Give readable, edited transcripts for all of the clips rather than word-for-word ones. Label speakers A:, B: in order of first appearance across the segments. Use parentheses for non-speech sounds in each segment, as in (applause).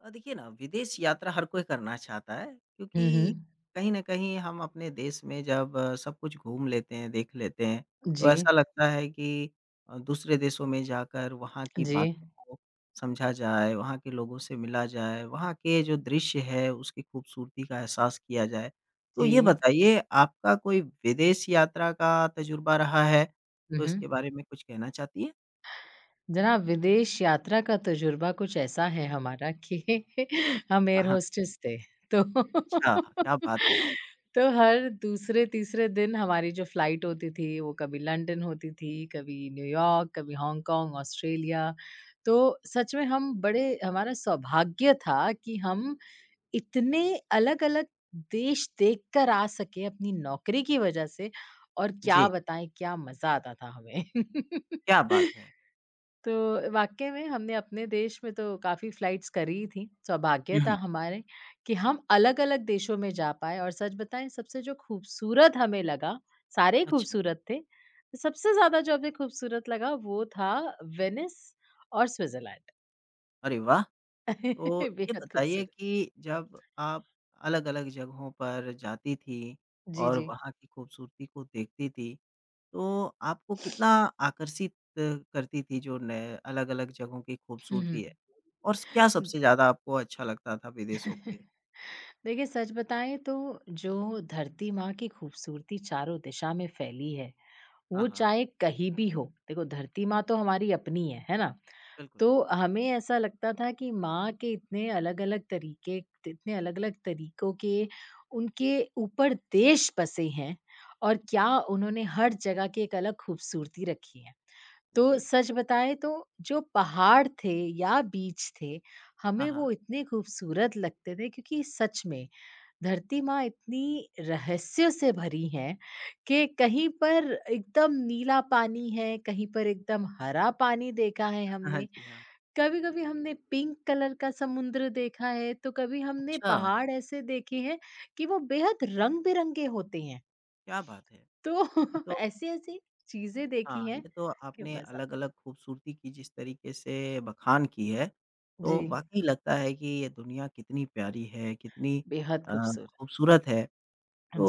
A: देखिए ना, विदेश यात्रा हर कोई करना चाहता है,
B: हुँ,
A: क्योंकि
B: हुँ।
A: कहीं न कहीं हम अपने देश में जब सब कुछ घूम लेते हैं, देख लेते हैं, तो
B: जी,
A: ऐसा लगता है कि दूसरे देशों में जाकर वहाँ की
B: जी,
A: बातों को समझा जाए, वहाँ के लोगों से मिला जाए, वहाँ के जो दृश्य है उसकी खूबसूरती का एहसास किया जाए। तो
B: जी।
A: ये बताइए, आपका कोई विदेश यात्रा का तजुर्बा रहा है?
B: हुँ,
A: तो इसके
B: हुँ।
A: बारे में कुछ कहना चाहती हैं?
B: जनाब विदेश यात्रा का तजुर्बा कुछ ऐसा है हमारा कि (laughs) हम एयर
A: हाँ,
B: होस्टेस थे। तो (laughs)
A: अच्छा, क्या बात है!
B: तो हर दूसरे-तीसरे दिन हमारी जो फ्लाइट होती थी वो कभी लंदन होती थी, कभी न्यूयॉर्क, कभी हांगकांग, ऑस्ट्रेलिया। तो सच में हम बड़े हमारा सौभाग्य था कि हम इतने अलग-अलग देश देखकर आ सके अपनी नौकरी की वजह से और क्या
A: जी,
B: बताएँ क्या मज़ा आता था हमें। (laughs)
A: क्या बात है!
B: तो वाक़ई में हमने अपने देश में तो काफ़ी फ्लाइट्स करी थी, सौभाग्य
A: हुँ,
B: था
A: हुँ।
B: हमारे कि हम अलग-अलग देशों में जा पाए और सच बताएँ सबसे जो खूबसूरत हमें लगा, सारे ही
A: अच्छा।
B: खूबसूरत थे। सबसे ज़्यादा जो हमें खूबसूरत लगा वो था वेनिस और स्विट्ज़रलैंड।
A: अरे वाह! तो
B: (laughs)
A: ये
B: बेहद
A: बताइए
B: खूबसूरत।
A: कि जब आप अलग-अलग जगहों पर जाती थी
B: जी,
A: और
B: जी।
A: वहाँ की खूबसूरती को देखती थी, तो आपको कितना आकर्षित करती थी जो नए अलग-अलग जगहों की
B: हुँ,
A: खूबसूरती है? और स क्या
B: हुँ।
A: सबसे ज़्यादा आपको अच्छा लगता था विदेशों के?
B: (laughs) देखिए सच बताएं तो जो धरती माँ की खूबसूरती चारों दिशा में फैली है
A: हाँ,
B: वो
A: हाँ,
B: चाहे कहीं भी हो। देखो धरती माँ तो हमारी अपनी है ना।
A: बिल्कुल।
B: तो हमें ऐसा लगता था कि माँ के इतने अलग अलग तरीके इतने अलग अलग तरीकों के उनके ऊपर देश बसे हैं और क्या, उन्होंने हर जगह की एक अलग खूबसूरती रखी है। तो
A: जी।
B: सच बताएं तो जो पहाड़ थे या बीच थे,
A: हाँ,
B: हमें
A: हाँ।
B: वो इतने खूबसूरत लगते थे क्योंकि सच में धरती माँ इतनी रहस्य से भरी है कि कहीं पर एकदम नीला पानी है, कहीं पर एकदम हरा पानी देखा है
A: (laughs) हाँ, हाँ,
B: हमने।
A: जी, हाँ।
B: कभी-कभी हमने पिंक कलर का समुद्र देखा है, तो कभी हमने
A: अच्छा!
B: पहाड़ ऐसे देखे हैं कि वो बेहद रंग-बिरंगे होते हैं।
A: क्या बात है! ये
B: तो (laughs)
A: तो
B: ऐसी-ऐसी चीज़ें देखी
A: हाँ,
B: हैं
A: ये तो
B: कि
A: आपने
B: मज़ा।
A: अलग-अलग खूबसूरती की जिस तरीके से बखान की है,
B: जी,
A: तो वाक़ई लगता है कि ये दुनिया कितनी प्यारी है, कितनी
B: बेहद
A: अ,
B: खूबसूरत।
A: खूबसूरत है।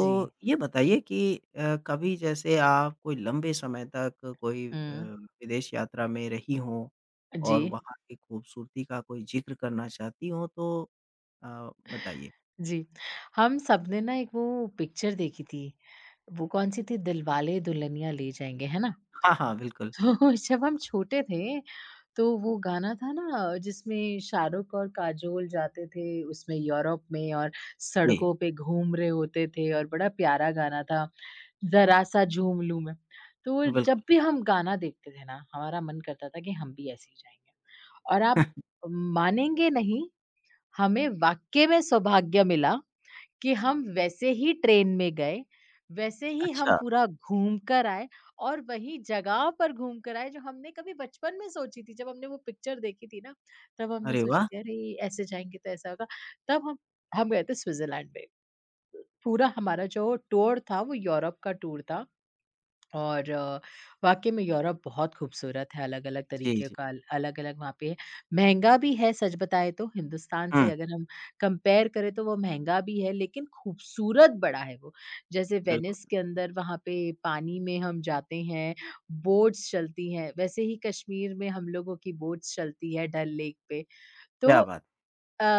B: जी।
A: ये बताइए कि कभी जैसे आप कोई लंबे समय तक कोई
B: हुँ।
A: विदेश यात्रा में रही हों
B: जी,
A: और वहाँ की खूबसूरती का कोई ज़िक्र करना चाहती हों तो बताइए?
B: जी। हम सबने ना एक वो पिक्चर देखी थी, वो कौन-सी थी दिलवाले दुल्हनिया ले जाएँगे, है ना?
A: हाँ, हाँ, बिल्कुल।
B: तो (laughs) जब हम छोटे थे, तो वो गाना था ना जिसमें शाहरुख और काजोल जाते थे उसमें, यूरोप में, और
A: जी,
B: सड़कों पे घूम रहे होते थे और बड़ा प्यारा गाना था, ज़रा-सा झूम लूँ मैं। तो जब
A: बिल्कुल।
B: भी हम गाना देखते थे ना, हमारा मन करता था कि हम भी ऐसे ही जाएँगे और आप
A: (laughs)
B: मानेंगे नहीं, हमें वाक़ई में सौभाग्य मिला कि हम वैसे ही ट्रेन में गए, वैसे ही हम
A: अच्छा,
B: पूरा घूम कर आए और वही जगह पर घूम कर आए जो हमने कभी बचपन में सोची थी। जब हमने वो पिक्चर देखी थी ना, तब हमने
A: अरे
B: सोची
A: वाह!
B: थी अरे! ऐसे जाएँगे तो ऐसा होगा। तब हम गए थे स्विट्ज़रलैंड में। पूरा हमारा जो टूर था वो यूरोप का टूर था। और वाक़ई में यूरोप बहुत खूबसूरत है, अलग-अलग
A: जी,
B: तरीके
A: जी।
B: का। अलग-अलग वहाँ पे महँगा भी है, सच बताएँ तो हिंदुस्तान से
A: हुँ,
B: अगर हम कंपेयर करें तो वो महँगा भी है लेकिन खूबसूरत बड़ा है वो। जैसे
A: बिल्कुल,
B: वेनिस के अंदर वहाँ पे पानी में हम जाते हैं, बोट्स चलती हैं, वैसे ही कश्मीर में हम लोगों की बोट्स चलती है डल लेक पे। तो
A: क्या बात,
B: अ,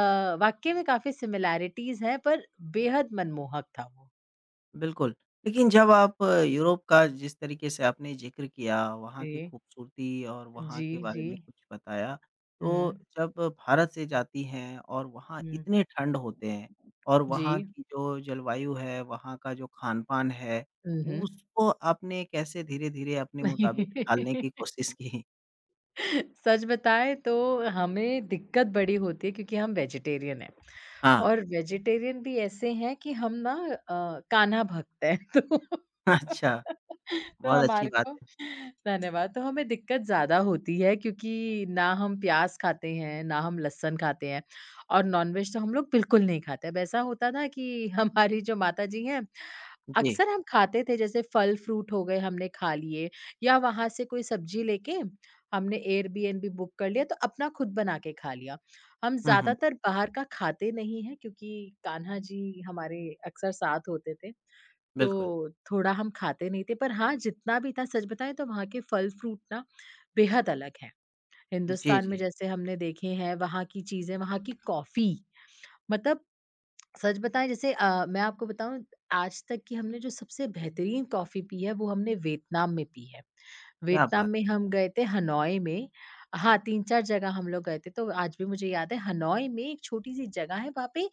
B: वाक़ई में काफ़ी सिमिलैरिटीज़ हैं, पर बेहद मनमोहक था वो।
A: बिल्कुल, लेकिन जब आप यूरोप का जिस तरीके से आपने ज़िक्र किया, वहाँ की
B: जी।
A: खूबसूरती और वहाँ
B: जी,
A: के बारे
B: जी।
A: में कुछ बताया, तो
B: हुँ,
A: जब भारत से जाती हैं और वहाँ
B: हुँ।
A: इतने ठंड होते हैं और
B: जी।
A: वहाँ की जो जलवायु है, वहाँ का जो खान-पान है,
B: हुँ, हुँ।
A: उसको आपने कैसे धीरे-धीरे अपने मुताबिक ढालने की
B: (laughs)
A: कोशिश की?
B: (laughs) सच बताएँ तो हमें दिक्कत बड़ी होती है क्योंकि हम वेजिटेरियन हैं,
A: हाँ,
B: और वेजिटेरियन भी ऐसे हैं कि हम ना कान्हा भक्त हैं। (laughs) तो
A: (laughs) अच्छा,
B: तो
A: बहुत अच्छी
B: हमारे
A: बात
B: को,
A: है।
B: धन्यवाद, तो हमें दिक्कत ज़्यादा होती है क्योंकि ना हम प्याज़ खाते हैं, ना हम लहसुन खाते हैं और नॉनवेज तो हम लोग बिल्कुल नहीं खाते। अब ऐसा होता था कि (laughs) हमारी जो माताजी हैं,
A: जी,
B: अक्सर हम खाते थे जैसे फल-फ्रूट हो गए हमने खा लिए, या वहाँ से कोई सब्ज़ी लेके हमने एयरबीएनबी बुक कर लिया, तो अपना खुद बना के खा लिया। हम
A: हुँ, हुँ,
B: ज़्यादातर बाहर का खाते नहीं हैं क्योंकि कान्हा जी हमारे अक्सर साथ होते थे,
A: बिल्कुल।
B: तो थोड़ा हम खाते नहीं थे। पर हाँ, जितना भी था सच बताएँ तो वहाँ के फल-फ्रूट ना बेहद अलग हैं।
A: जी,
B: हिंदुस्तान में
A: जी,
B: जैसे हमने देखे हैं, वहाँ की चीज़ें, वहाँ की कॉफ़ी, मतलब सच बताएँ, जैसे मैं आपको बताऊँ, आज तक की हमने जो सबसे बेहतरीन कॉफ़ी पी है वो हमने वियतनाम में पी है।
A: क्या
B: वियतनाम
A: बात
B: में
A: है!
B: हम गए थे हनोई में। हाँ, 3-4 जगह हम लोग गए थे, तो आज भी मुझे याद है हनोई में एक छोटी-सी जगह है, वहाँ पे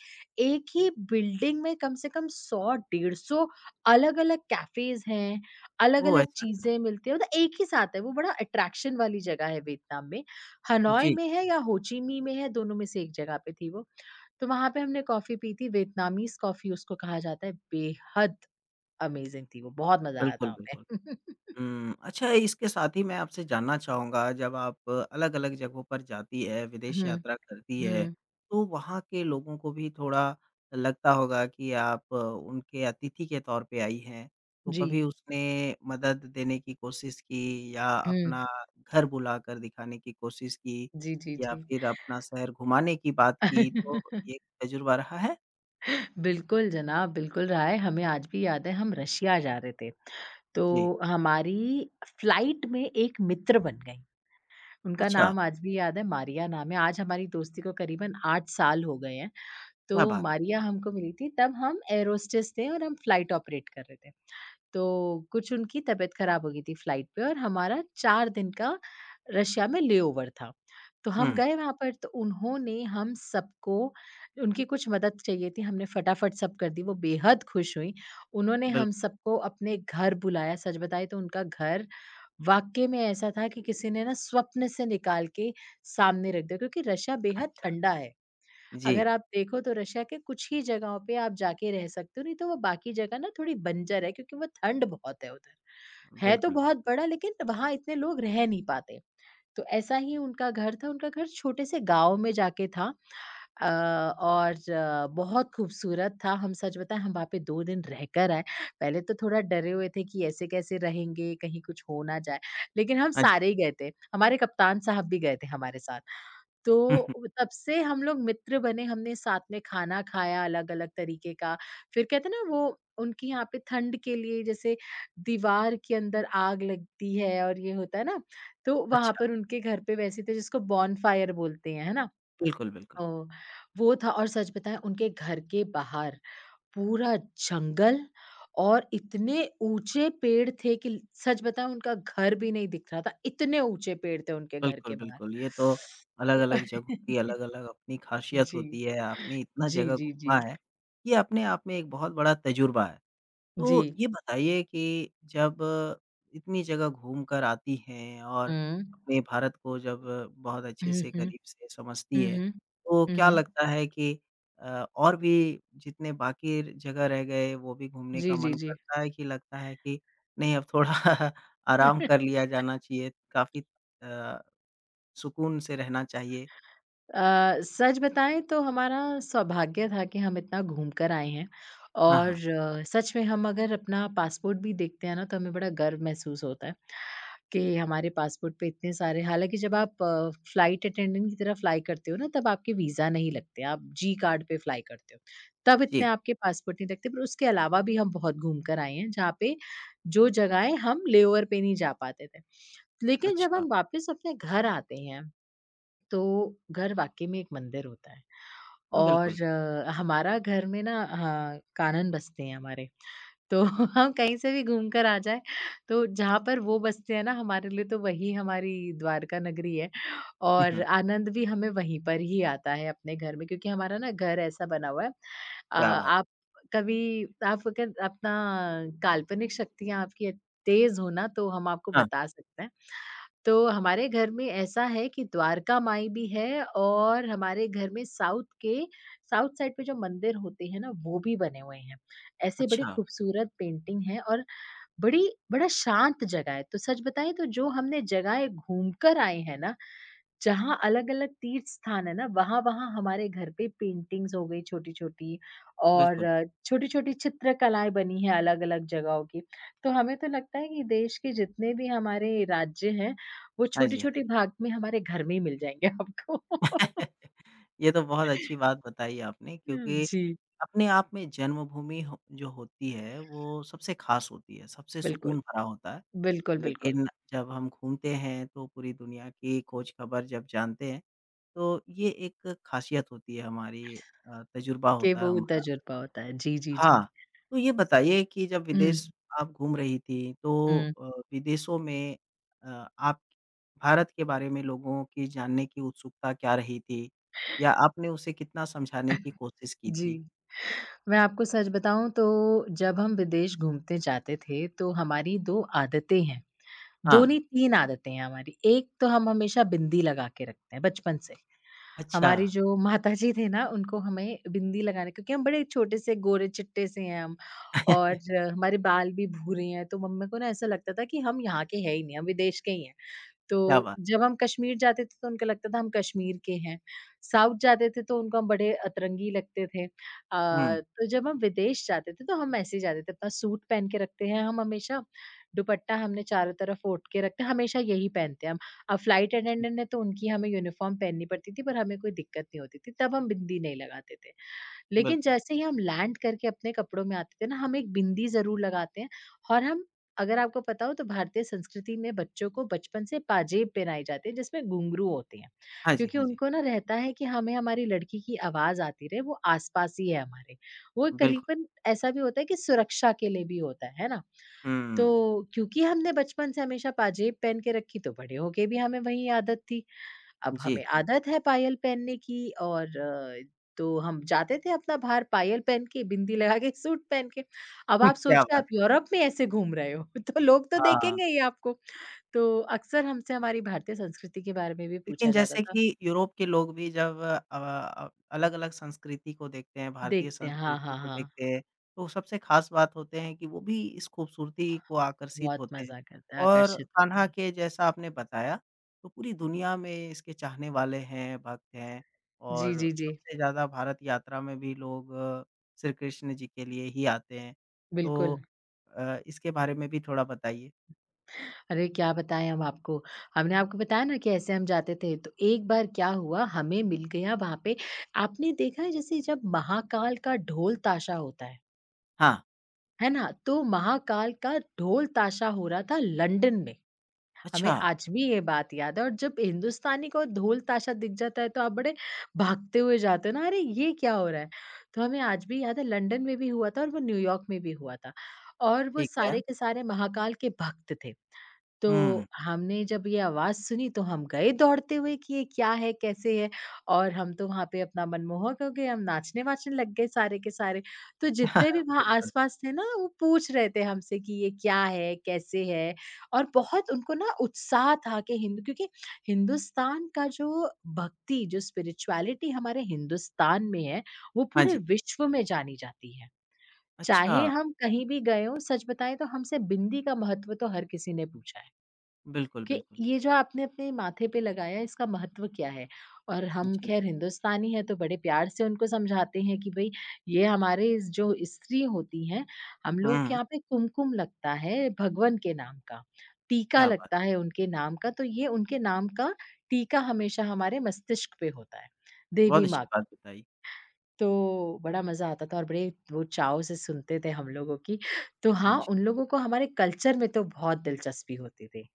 B: एक ही बिल्डिंग में कम से कम 100, डेढ़ 100 अलग-अलग कैफ़ेज़ हैं,
A: ओह!
B: अलग-अलग
A: ऐसा क्या?
B: चीज़ें मिलती हैं, मतलब एक ही साथ है, वो बड़ा अट्रैक्शन वाली जगह है वियतनाम में। हनोई
A: जी,
B: में है या हो ची मिन्ह में है, दोनों में से एक जगह पे थी वो। तो वहाँ पे हमने कॉफ़ी पी थी, वियतनामीज़ कॉफ़ी उसको कहा जाता है, बेहद अमेज़िंग थी वो, बहुत मज़ा आया
A: बिल्कुल,
B: था हमें।
A: बिल्कुल।
B: (laughs)
A: हुँ, अच्छा, इसके साथ ही मैं आपसे जानना चाहूँगा, जब आप अलग-अलग जगहों पर जाती है, विदेश
B: हुँ,
A: यात्रा करती है,
B: हुँ,
A: तो वहाँ के लोगों को भी थोड़ा लगता होगा कि आप उनके अतिथि के तौर पे आई हैं, तो
B: जी।
A: कभी उसने मदद देने की कोशिश की या
B: हुँ।
A: अपना घर बुलाकर दिखाने की कोशिश की
B: जी, जी,
A: या
B: जी।
A: फिर अपना शहर घुमाने की बात की, तो
B: (laughs)
A: ये तजुर्बा रहा है?
B: बिल्कुल जनाब, बिल्कुल रहा है। हमें आज भी याद है हम रशिया जा रहे थे,
A: जी,
B: तो हमारी फ्लाइट में एक मित्र बन गई, उनका
A: अच्छा,
B: नाम आज भी याद है, मारिया नाम है, आज हमारी दोस्ती को करीबन 8 साल हो गए हैं।
A: क्या
B: तो
A: बात!
B: मारिया हमको मिली थी, तब हम एयर होस्टेस थे और हम फ्लाइट ऑपरेट कर रहे थे। तो कुछ उनकी तबीयत खराब हो गई थी फ्लाइट पे और हमारा 4 दिन का रशिया में लेओवर था। तो हम
A: हुँ,
B: गए वहाँ पर, तो उन्होंने हम सबको, उनकी कुछ मदद चाहिए थी, हमने फटाफट सब कर दी, वो बेहद खुश हुईं। उन्होंने हम
A: बिल्कुल,
B: सबको अपने घर बुलाया, सच बताएँ तो उनका घर वाक़ई में ऐसा था कि किसी ने ना स्वप्न से निकाल के सामने रख दिया, क्योंकि रशिया बेहद
A: अच्छा,
B: ठंडा है।
A: जी,
B: अगर आप देखो तो रशिया के कुछ ही जगहों पे आप जाके रह सकते हो, नहीं तो वो बाकी जगह ना थोड़ी बंजर है क्योंकि वो ठंड बहुत है उधर। है तो
A: बिल्कुल, बिल्कुल।
B: बहुत बड़ा लेकिन वहाँ इतने लोग रह नहीं पाते। तो ऐसा ही उनका घर था, उनका घर छोटे से गाँव में जाके था, अ, और बहुत खूबसूरत था। हम, सच बताएँ, हम वहाँ पे 2 दिन रहकर आए। पहले तो थोड़ा डरे हुए थे कि ऐसे कैसे रहेंगे, कहीं कुछ हो ना जाए, लेकिन हम
A: हाँ जी।
B: सारे ही गए थे। हमारे कप्तान साहब भी गए थे हमारे साथ। तो
A: (laughs)
B: तब से हम लोग मित्र बने, हमने साथ में खाना खाया अलग-अलग तरीके का। फिर कहते हैं ना, वो उनके यहाँ पे ठंड के लिए जैसे दीवार के अंदर आग लगती है और ये होता है ना, तो वहाँ
A: अच्छा,
B: पर उनके घर पे वैसे थे, जिसको बॉनफायर बोलते हैं, है ना?
A: बिल्कुल, बिल्कुल।
B: अ, वो था, और सच बताएँ उनके घर के बाहर पूरा जंगल और इतने ऊँचे पेड़ थे कि, ल सच बताऊँ, उनका घर भी नहीं दिख रहा था, इतने ऊँचे पेड़ थे उनके घर
A: बिल्कुल,
B: के बाहर।
A: बिल्कुल, ये तो
B: तो
A: अलग-अलग जगहों की अलग-अलग अपनी
B: (laughs)
A: ख़ासियत
B: जी।
A: होती है, आपने इतना
B: जी,
A: जगह
B: जी,
A: घूमा
B: जी।
A: है, ये अपने आप में एक बहुत बड़ा तजुर्बा है।
B: जी।
A: तो ये बताइए कि जब इतनी जगह घूमकर आती हैं और
B: हुँ।
A: अपने भारत को जब बहुत अच्छे
B: हुँ,
A: से
B: हुँ।
A: करीब से समझती
B: हुँ,
A: है,
B: हुँ।
A: तो
B: हुँ,
A: क्या
B: हुँ।
A: लगता है कि अ, और भी जितने बाकी जगह रह गए वो भी घूमने
B: जी,
A: का
B: जी,
A: मन
B: जी।
A: करता है, कि लगता है कि नहीं अब थोड़ा (laughs) आराम कर
B: (laughs)
A: लिया जाना चाहिए, काफ़ी अ, सुकून से रहना चाहिए?
B: सच बताएँ तो हमारा सौभाग्य था कि हम इतना घूम कर आए हैं,
A: हाँ,
B: और
A: हाँ।
B: सच में हम अगर अपना पासपोर्ट भी देखते हैं ना, तो हमें बड़ा गर्व महसूस होता है कि हमारे पासपोर्ट पे इतने सारे, हालाँकि जब आप फ्लाइट अटेंडेंट की तरह फ्लाई करते हो ना, तब आपके वीज़ा नहीं लगते, आप जी कार्ड पे फ्लाई करते हो, तब इतने
A: जी,
B: आपके पासपोर्ट नहीं लगते। पर उसके अलावा भी हम बहुत घूम कर आए हैं, जहाँ पे जो जगहें हम लेओवर पे नहीं जा पाते थे। लेकिन जब
A: अच्छा।
B: हम वापस अपने घर आते हैं तो घर वाक़ई में एक मंदिर होता है,
A: बिल्कुल।
B: और हमारा घर में ना, हाँ, कानन बसते हैं हमारे। तो (laughs) हम कहीं से भी घूम कर आ जाएँ, तो जहाँ पर वो बसते हैं ना हमारे लिए, तो वही हमारी द्वारका नगरी है,
A: हुँ,
B: और
A: हुँ।
B: आनंद भी हमें वहीं पर ही आता है अपने घर में, क्योंकि हमारा ना घर ऐसा बना हुआ है अ,
A: क्या बात!
B: आप कभी आप अगर अपना काल्पनिक शक्तियाँ आपकी तेज़ हो ना, तो हम आपको
A: हाँ,
B: बता सकते हैं। तो हमारे घर में ऐसा है कि द्वारका माई भी है और हमारे घर में साउथ साइड पे जो मंदिर होते हैं ना वो भी बने हुए हैं। ऐसी बड़ी
A: अच्छा,
B: खूबसूरत पेंटिंग है, और बड़ी बड़ा शांत जगह है। तो सच बताएँ तो जो हमने जगहें घूमकर आए हैं ना, जहाँ अलग-अलग तीर्थ स्थान है ना, वहाँ-वहाँ हमारे घर पे पेंटिंग्स हो गई छोटी-छोटी, और
A: बिल्कुल।
B: छोटी-छोटी चित्रकलाएँ बनी हैं अलग-अलग जगहों की। तो हमें तो लगता है कि देश के जितने भी हमारे राज्य हैं, वो
A: हाँ जी, हाँ
B: छोटी-छोटी
A: जी।
B: भाग में हमारे घर में ही मिल जाएँगे आपको। (laughs)
A: (laughs) ये तो बहुत अच्छी बात बताई आपने, क्योंकि
B: जी,
A: अपने आप में जन्मभूमि हो जो होती है वो सबसे ख़ास होती है, सबसे
B: बिल्कुल।
A: सुकून भरा होता है।
B: बिल्कुल, बिल्कुल।
A: लेकिन जब हम घूमते हैं तो पूरी दुनिया की खोज-ख़बर जब जानते हैं, तो ये एक ख़ासियत होती है हमारी, तजुर्बा
B: कि
A: होता
B: वो
A: है हमारा।
B: तजुर्बा होता है। जी, जी, जी।
A: हाँ, तो ये बताइए कि जब
B: हुँ।
A: विदेश आप घूम रही थी, तो
B: हुँ।
A: विदेशों में आप भारत के बारे में लोगों की जानने की उत्सुकता क्या रही थी? या आपने उसे कितना समझाने की कोशिश की थी?
B: जी, मैं आपको सच बताऊँ तो जब हम विदेश घूमने जाते थे, तो हमारी 2 आदतें हैं।
A: हाँ,
B: 2 नहीं, 3 आदतें हैं हमारी। एक तो, हम हमेशा बिंदी लगा के रखते हैं बचपन से।
A: अच्छा।
B: हमारी जो माताजी थे ना, उनको हमें बिंदी लगाने, क्योंकि हम बड़े छोटे से गोरे-चिट्टे से हैं हम और
A: (laughs)
B: हमारे बाल भी भूरे हैं, तो मम्मी को ना ऐसा लगता था कि हम यहाँ के हैं ही नहीं, हम विदेश के ही हैं। तो
A: क्या बात!
B: जब हम कश्मीर जाते थे तो उनको लगता था हम कश्मीर के हैं। साउथ जाते थे तो उनको हम बड़े अतरंगी लगते थे।
A: हुँ,
B: तो जब हम विदेश जाते थे तो हम ऐसे ही जाते थे। अपना सूट पहन के रखते हैं हम हमेशा, दुपट्टा हमने चारों तरफ ओढ़ के रखते हैं, हमेशा यही पहनते हैं हम। अब फ्लाइट
A: हुँ,
B: अटेंडेंट है तो उनकी हमें यूनिफ़ॉर्म पहननी पड़ती थी पर हमें कोई दिक्कत नहीं होती थी, तब हम बिंदी नहीं लगाते थे। लेकिन
A: बिल्कुल।
B: जैसे ही हम लैंड करके अपने कपड़ों में आते थे ना, हम एक बिंदी ज़रूर लगाते हैं और हम अगर आपको पता हो तो भारतीय संस्कृति में बच्चों को बचपन से पाजेब पहनाई जाती है जिसमें घुंघरू होते हैं।
A: हाँ जी,
B: क्योंकि
A: हाँ जी,
B: उनको ना रहता है कि हमें हमारी लड़की की आवाज़ आती रहे, वो आस-पास ही है हमारे। वो
A: बिल्कुल।
B: करीबन ऐसा भी होता है कि सुरक्षा के लिए भी होता है ना?
A: हुँ,
B: तो क्योंकि हमने बचपन से हमेशा पाजेब पहन के रखी तो बड़े होके भी हमें वही आदत थी। अब हमें
A: जी,
B: आदत है पायल पहनने की और तो हम जाते थे अपना बाहर पायल पहन के, बिंदी लगा के, सूट पहन के। अब
A: (laughs)
B: आप
A: क्या
B: सोचिए आप
A: बात है!
B: यूरोप में ऐसे घूम रहे हो, (laughs) तो लोग तो
A: हाँ।
B: देखेंगे ही आपको। तो अक्सर हमसे हमारी भारतीय संस्कृति के बारे में भी पूछा
A: लेकिन
B: जाता
A: जैसे
B: था।
A: कि यूरोप के लोग भी जब अलग-अलग संस्कृति को देखते हैं, भारतीय
B: देखते हैं, हाँ,
A: संस्कृति
B: हाँ,
A: को
B: हाँ।
A: देखते हैं, तो सबसे ख़ास बात होते हैं कि वो भी इस खूबसूरती को आकर्षित
B: बहुत
A: होते हैं।
B: मज़ा करते हैं,
A: और
B: आकर्षित होते
A: कान्हा
B: हैं।
A: के जैसा आपने बताया, तो पूरी दुनिया में इसके चाहने वाले हैं, भक्त हैं,
B: जी,
A: और
B: जी, जी।
A: सबसे ज़्यादा भारत यात्रा में भी लोग श्री कृष्ण जी के लिए ही आते हैं।
B: बिल्कुल।
A: तो इसके बारे में भी थोड़ा बताइए?
B: अरे! क्या बताएँ हम आपको। हमने आपको बताया ना कि ऐसे हम जाते थे, तो एक बार क्या हुआ हमें मिल गया वहाँ पे आपने देखा है जैसे जब महाकाल का ढोल ताशा होता
A: हाँ,
B: है ना? तो महाकाल का ढोल ताशा हो रहा था लंदन में। हमें
A: अच्छा,
B: आज भी ये बात याद है और जब हिंदुस्तानी को ढोल ताशा दिख जाता है तो आप बड़े भागते हुए जाते हो ना, अरे ये क्या हो रहा है? तो हमें आज भी याद है लंदन में भी हुआ था और वो न्यूयॉर्क में भी हुआ था और वो
A: ठीक है।
B: सारे के सारे महाकाल के भक्त थे। तो
A: हुँ,
B: हमने जब ये आवाज़ सुनी तो हम गए दौड़ते हुए कि ये क्या है, कैसे है? और हम तो वहाँ पे अपना मनमोहक हो गए, हम नाचने-वाचने लग गए सारे के सारे। तो जितने भी
A: (laughs)
B: वहाँ
A: बिल्कुल।
B: आस-पास थे ना वो पूछ रहे थे हमसे कि ये क्या है, कैसे है? और बहुत उनको ना उत्साह था कि हिंद क्योंकि हिंदुस्तान का जो भक्ति, जो स्पिरिचुअलिटी हमारे हिंदुस्तान में है, वो
A: हाँ
B: पूरे
A: जी।
B: विश्व में जानी जाती है।
A: अच्छा,
B: चाहे हम कहीं भी गए हों, सच बताएँ तो हमसे बिंदी का महत्व तो हर किसी ने पूछा है।
A: बिल्कुल,
B: कि
A: बिल्कुल।
B: ये जो आपने अपने माथे पे लगाया है इसका महत्व क्या है? और हम
A: जी।
B: ख़ैर हिंदुस्तानी हैं तो बड़े प्यार से उनको समझाते हैं कि भई ये हमारे इस जो स्त्री होती हैं, हम लोग के
A: हुँ,
B: यहाँ पे कुमकुम लगता है भगवन के नाम का, टीका
A: क्या बात!
B: लगता है उनके नाम का, तो ये उनके नाम का टीका हमेशा हमारे मस्तिष्क पे होता है,
A: बहुत
B: देवी
A: अच्छी
B: माँ का।
A: बात बताई।
B: तो बड़ा मज़ा आता था और बड़े वो चाव से सुनते थे हम लोगों की। तो हाँ,
A: जी।
B: उन लोगों को हमारे कल्चर में तो बहुत दिलचस्पी होती थी।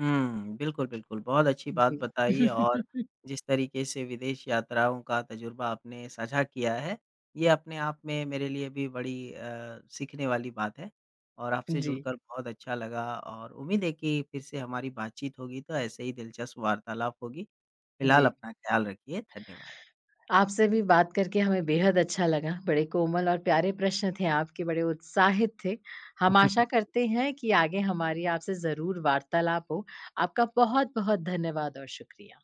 A: हुँ, बिल्कुल, बिल्कुल, बहुत अच्छी बात
B: जी।
A: बताई, और
B: (laughs)
A: जिस तरीके से विदेश यात्राओं का तजुर्बा आपने साझा किया है, ये अपने आप में मेरे लिए भी बड़ी सीखने वाली बात है, और आपसे
B: जी,
A: जुड़कर बहुत अच्छा लगा और उम्मीद है कि फिर से हमारी बातचीत होगी, तो ऐसे ही दिलचस्प वार्तालाप होगी।
B: जी।
A: फिलहाल अपना ख़्याल रखिए, धन्यवाद।
B: आपसे भी बात करके हमें बेहद अच्छा लगा। बड़े कोमल और प्यारे प्रश्न थे आपके, बड़े उत्साहित थे। हम आशा
A: (laughs)
B: करते हैं कि आगे हमारी आपसे ज़रूर वार्तालाप हो। आपका बहुत-बहुत धन्यवाद और शुक्रिया।